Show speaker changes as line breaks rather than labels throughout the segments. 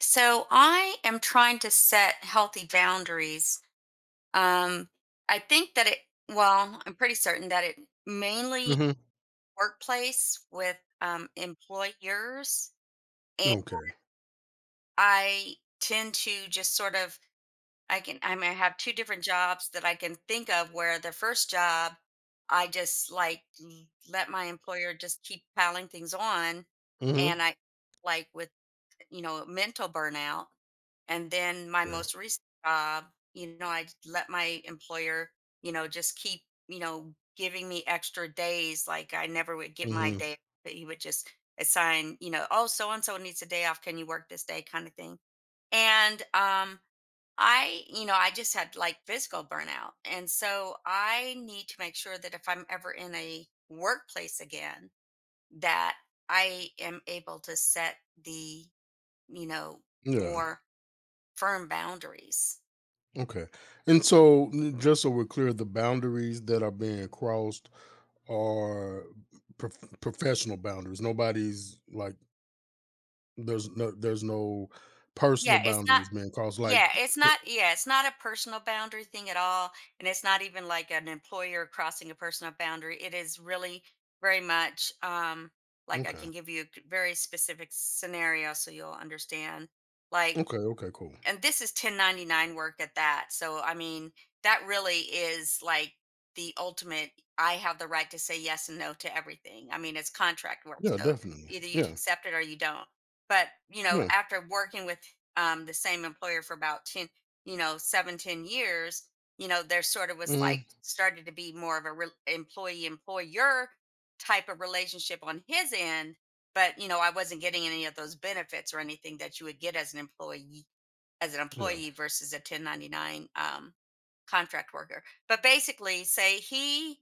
So I am trying to set healthy boundaries. Um, I think that it, I'm pretty certain that it mainly
Mhm.
workplace with employers. And
Okay.
I tend to just sort of, I mean, I have two different jobs that I can think of. Where the first job, I just like let my employer just keep piling things on.
Mhm.
And I, like, with mental burnout. And then my
Okay.
most recent job, you know, I let my employer, you know, just keep, you know, giving me extra days. Like I never would get my
Mhm.
day, but he would just assign, you know, oh, so and so needs a day off. Can you work this day? Kind of thing. And I, you know, I just had like physical burnout. And so I need to make sure that if I'm ever in a workplace again, that I am able to set the you know,
Yeah.
more firm boundaries.
Okay. And so, just so we're clear, the boundaries that are being crossed are professional boundaries. Nobody's like there's no personal
Yeah, it's not,
boundaries being crossed. Like
yeah, it's not a personal boundary thing at all. And it's not even like an employer crossing a personal boundary. It is really very much like, I
okay,
can give you a very specific scenario so you'll understand. Like
okay, okay, cool.
and this is 1099 work at that. So, I mean, that really is like the ultimate. I have the right to say yes and no to everything. I mean, it's contract work.
Yeah,
So
definitely.
either you
Yeah,
accept it or you don't. But, you know,
yeah.
after working with the same employer for about 10, you know, seven, ten years, you know, there sort of was like
Hmm.
started to be more of a employee employer type of relationship on his end. But, you know, I wasn't getting any of those benefits or anything that you would get as an employee,
Yeah.
versus a 1099 contract worker. But basically, say he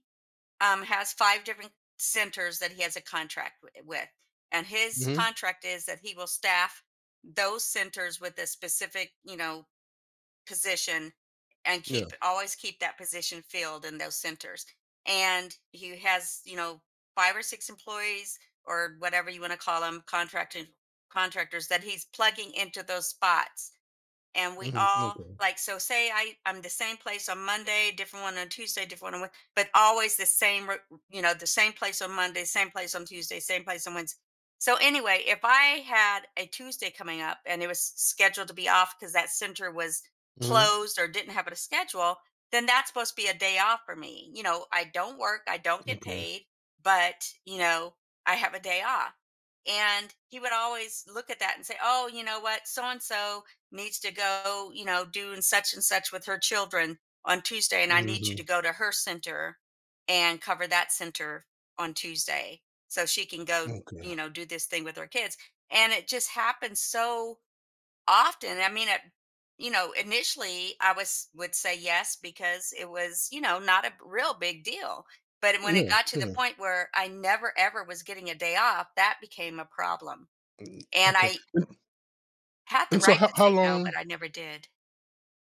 has five different centers that he has a contract with, and his
Hmm.
contract is that he will staff those centers with a specific, you know, position and
Yeah.
keep always keep that position filled in those centers. And he has, you know, five or six employees, or whatever you want to call them, contracting contractors that he's plugging into those spots. And we
Hmm.
all,
Okay.
like, so say I'm the same place on Monday, different one on Tuesday, different one on Wednesday, but always the same you know, the same place on Monday, same place on Tuesday, same place on Wednesday. So anyway, if I had a Tuesday coming up and it was scheduled to be off because that center was
Hmm.
closed or didn't have a schedule, then that's supposed to be a day off for me. You know, I don't work, I don't get
Okay.
paid, but, you know, I have a day off. And he would always look at that and say, oh, you know what, so and so needs to go, you know, doing such and such with her children on Tuesday, and I need you
Hmm.
to go to her center and cover that center on Tuesday so she can go,
Okay.
you know, do this thing with her kids. And it just happens so often. I mean, it, you know, initially I was would say yes because it was, you know, not a real big deal. But when it
Yeah.
got to the
Yeah.
point where I never ever was getting a day off, that became a problem. And
Okay.
I
And,
had the
and so,
right
how
to
how
say no, but
long.
I never did.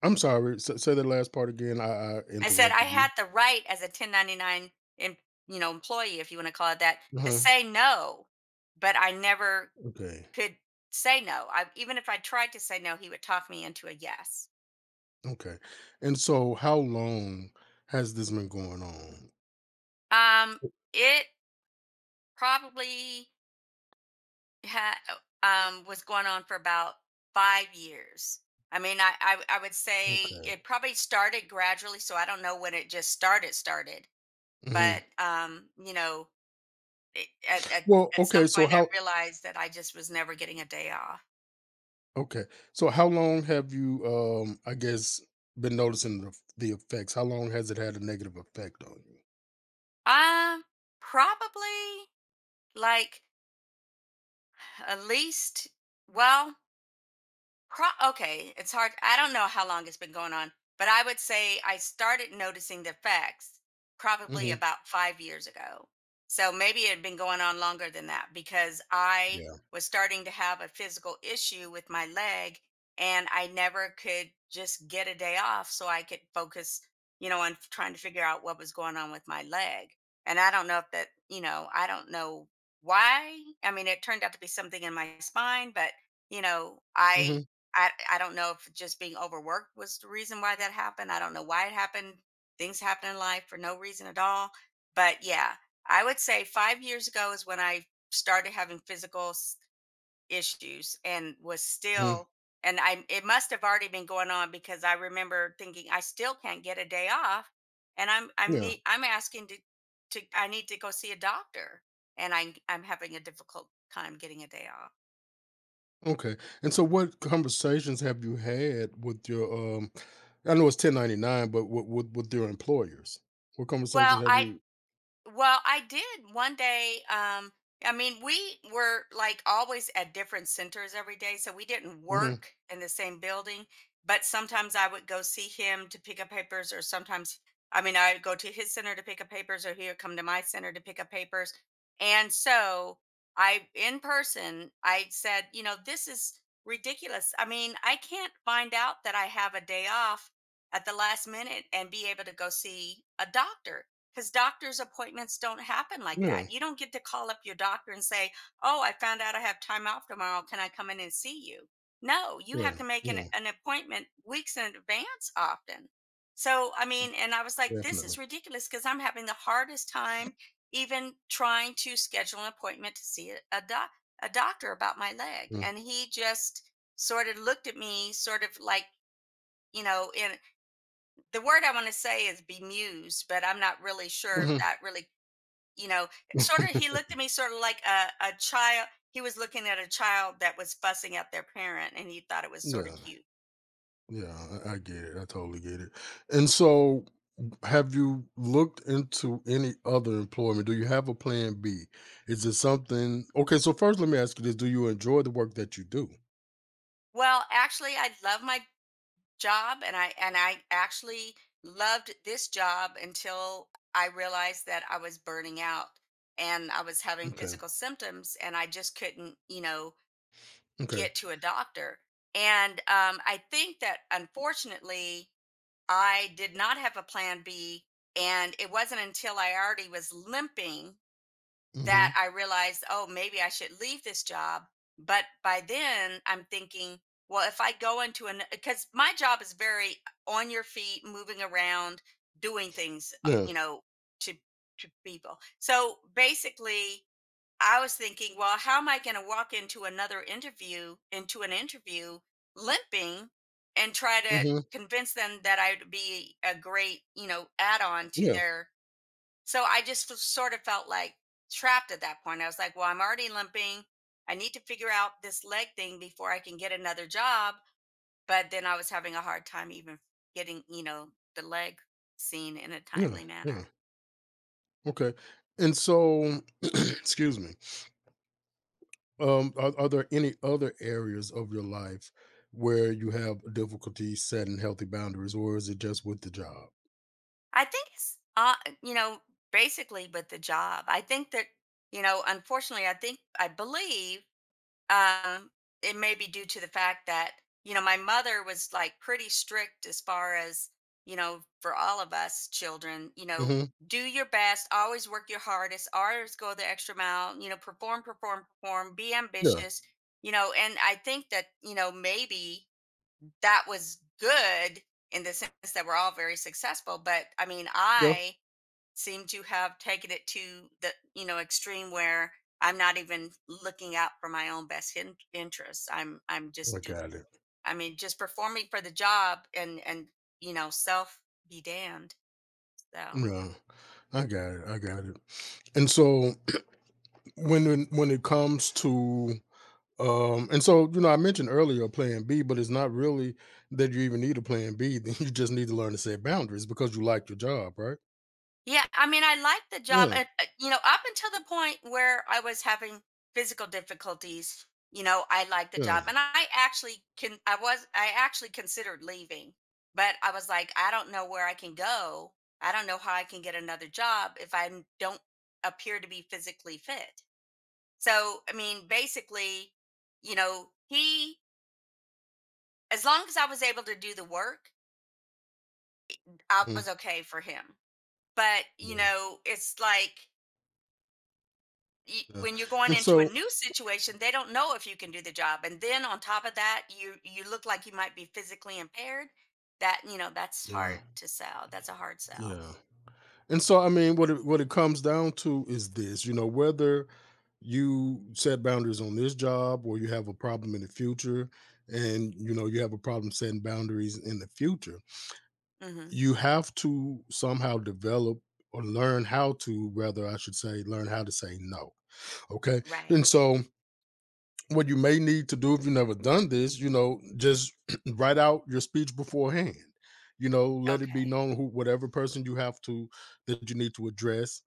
I'm sorry, s say that last part again, I
I said I
interrupted
had
you.
the right as a 1099 em you know, employee, if you wanna call it that, to
Uh-huh,
say no, but I never
okay,
could say no. I, even if I tried to say no, he would talk me into a yes.
okay, and so how long has this been going on?
Um, it probably ha was going on for about 5 years. I mean, I would say
Okay,
it probably started gradually, so I don't know when it just started,
mhm.
but, you know, it at
Well,
at some point, I realized that I just was never getting a day off.
okay, so how long have you, I guess, been noticing the effects? How long has it had a negative effect on you?
Um, probably, like, at least well Pro- okay, it's hard. I don't know how long it's been going on, but I would say I started noticing the effects probably
Mhm,
about 5 years ago. So maybe it had been going on longer than that because I
yeah,
was starting to have a physical issue with my leg, and I never could just get a day off so I could focus, you know, on trying to figure out what was going on with my leg. And I don't know if that, you know, I don't know why. I mean, it turned out to be something in my spine, but you know, I
mhm,
I I don't know if just being overworked was the reason why that happened. I don't know why it happened. Things happen in life for no reason at all. But yeah, I would say 5 years ago is when I started having physical issues, and was
mhm,
still, and I, it must have already been going on, because I remember thinking, I still can't get a day off, and
yeah,
I'm asking to, I need to go see a doctor, and I'm having a difficult time getting a day off.
okay, and so what conversations have you had with your, um I know it's 1099, but with your employers? What
Well,
conversations have
I
you.
Well, I did one day. I mean, we were like always at different centers every day, so we didn't
Mhm.
work in the same building. But sometimes I would go see him to pick up papers, or sometimes, I mean, I'd go to his center to pick up papers, or he would come to my center to pick up papers. And so I, in person, I said, you know, this is ridiculous. I mean, I can't find out that I have a day off at the last minute and be able to go see a doctor, because doctor's appointments don't happen like that.
Yeah,
You don't get to call up your doctor and say, oh, I found out I have time off tomorrow, can I come in and see you? No, you have
yeah,
to make
yeah,
an appointment weeks in advance often. So, I mean, and I was like, this is
definitely.
ridiculous, because I'm having the hardest time even trying to schedule an appointment to see a doctor about my leg.
Mm,
And he just sort of looked at me, sort of like, you know, in the word I want to say is bemused, but I'm not really sure if
mhm.
that really, you know, sort of, he looked at me sort of like a child. He was looking at a child that was fussing at their parent and he thought it was sort of
Yeah,
cute.
yeah, I get it, I totally get it. And so, have you looked into any other employment? Do you have a plan B? Is it something okay, so first let me ask you this, do you enjoy the work that you do?
Well, actually, I love my job, and I actually loved this job until I realized that I was burning out and I was having
Okay,
physical symptoms and I just couldn't, you know,
okay.
get to a doctor. And I think that, unfortunately, I did not have a plan B. And it wasn't until I already was limping that
Mhm.
I realized, oh, maybe I should leave this job. But by then I'm thinking, well, if I go into an, because my job is very on your feet, moving around, doing things,
Yeah,
you know, to, to people. So basically, I was thinking, well, how am I going to walk into another interview, into an interview limping, and try
mhm.
to convince them that I'd be a great, you know, add on to
Yeah,
their. So I just sort of felt like trapped at that point. I was like, well, I'm already limping. I need to figure out this leg thing before I can get another job. But then I was having a hard time even getting, you know, the leg seen in a
yeah,
timely manner.
yeah, okay. And so, excuse me. Are there any other areas of your life where you have difficulty setting healthy boundaries, or is it just with the job?
I think it's you know basically with the job. I think that, you know, unfortunately, I think, I believe, um it may be due to the fact that, you know, my mother was like pretty strict as far as, you know, for all of us children, you know,
Hmm.
do your best, always work your hardest, always go the extra mile, you know, perform, be
Yeah,
ambitious, you know. And I think that, you know, maybe that was good in the sense that we're all very successful, but I mean,
yeah,
I seem to have taken it to the, you know, extreme where I'm not even looking out for my own best interests. i'm i'm
I
just do
got it.
I mean, just performing for the job, and, you know, self be damned. So
Yeah, I got it. I got it. And so, when it comes to, and so, you know, I mentioned earlier a plan B, but it's not really that you even need a plan B. Then you just need to learn to set boundaries because you like your job, right?
yeah, I mean, I liked the job,
Yeah,
and you know, up until the point where I was having physical difficulties, you know, I liked the
yeah,
job, and I actually considered leaving, but I was like, I don't know where I can go. I don't know how I can get another job if I don't appear to be physically fit. So, I mean, basically, you know, he, as long as I was able to do the work, I
mm,
was okay for him. But you
yeah,
know, it's like,
yeah.
when you're going
And
into a
so,
new situation, they don't know if you can do the job, and then on top of that, you look like you might be physically impaired. That You know, that's
yeah,
hard to sell, that's a hard sell.
yeah. And so, I mean, what it comes down to is this, you know, whether you set boundaries on this job or you have a problem in the future, and you know you have a problem setting boundaries in the future,
Hmm.
you have to somehow develop, or learn how to rather, I should say, learn how to say no. Okay.
Right.
And so, what you may need to do, if you've never done this, you know just write out your speech beforehand. You know let it be
Okay.
known, who whatever person you have to, that you need to address.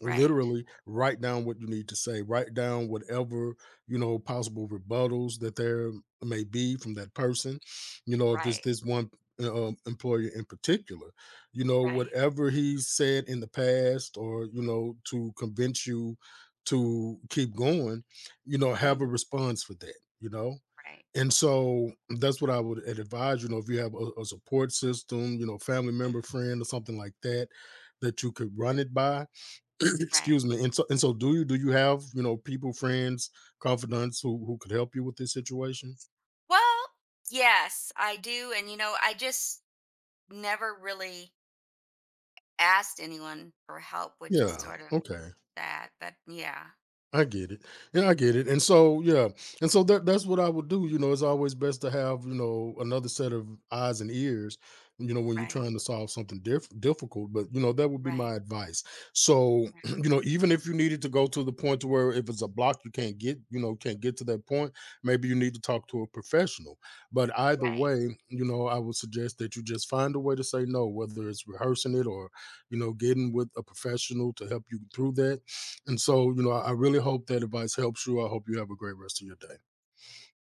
Right.
Literally write down what you need to say, write down whatever you know possible rebuttals that there may be from that person, you know if it's
Right.
this one employer in particular. You know
Right.
whatever he said in the past, or you know to convince you to keep going, you know have a
Hmm.
response for that. You know
Right.
and so, that's what I would advise. You know if you have a support system, you know family
Mhm.
member, friend, or something like that that you could run it by.
Right.
Excuse me. And so, do you, have you know people, friends, confidants who could help you with this situation?
Well, yes, I do, and you know, I just never really asked anyone for help, which is
Yeah,
sort of
okay.
that. But yeah.
I get it. And I get it. And so, yeah. And so, that's what I would do. You know, it's always best to have you know, another set of eyes and ears you know, when you're
Right.
trying to solve something difficult. But you know, that would be
Right.
my advice. So,
Right.
you know, even if you needed to go to the point to where if it's a block, you can't get, you know, can't get to that point, maybe you need to talk to a professional. But either
Right.
way, you know, I would suggest that you just find a way to say no, whether it's rehearsing it or you know, getting with a professional to help you through that. And so, you know, I really hope that advice helps you. I hope you have a great rest of your day.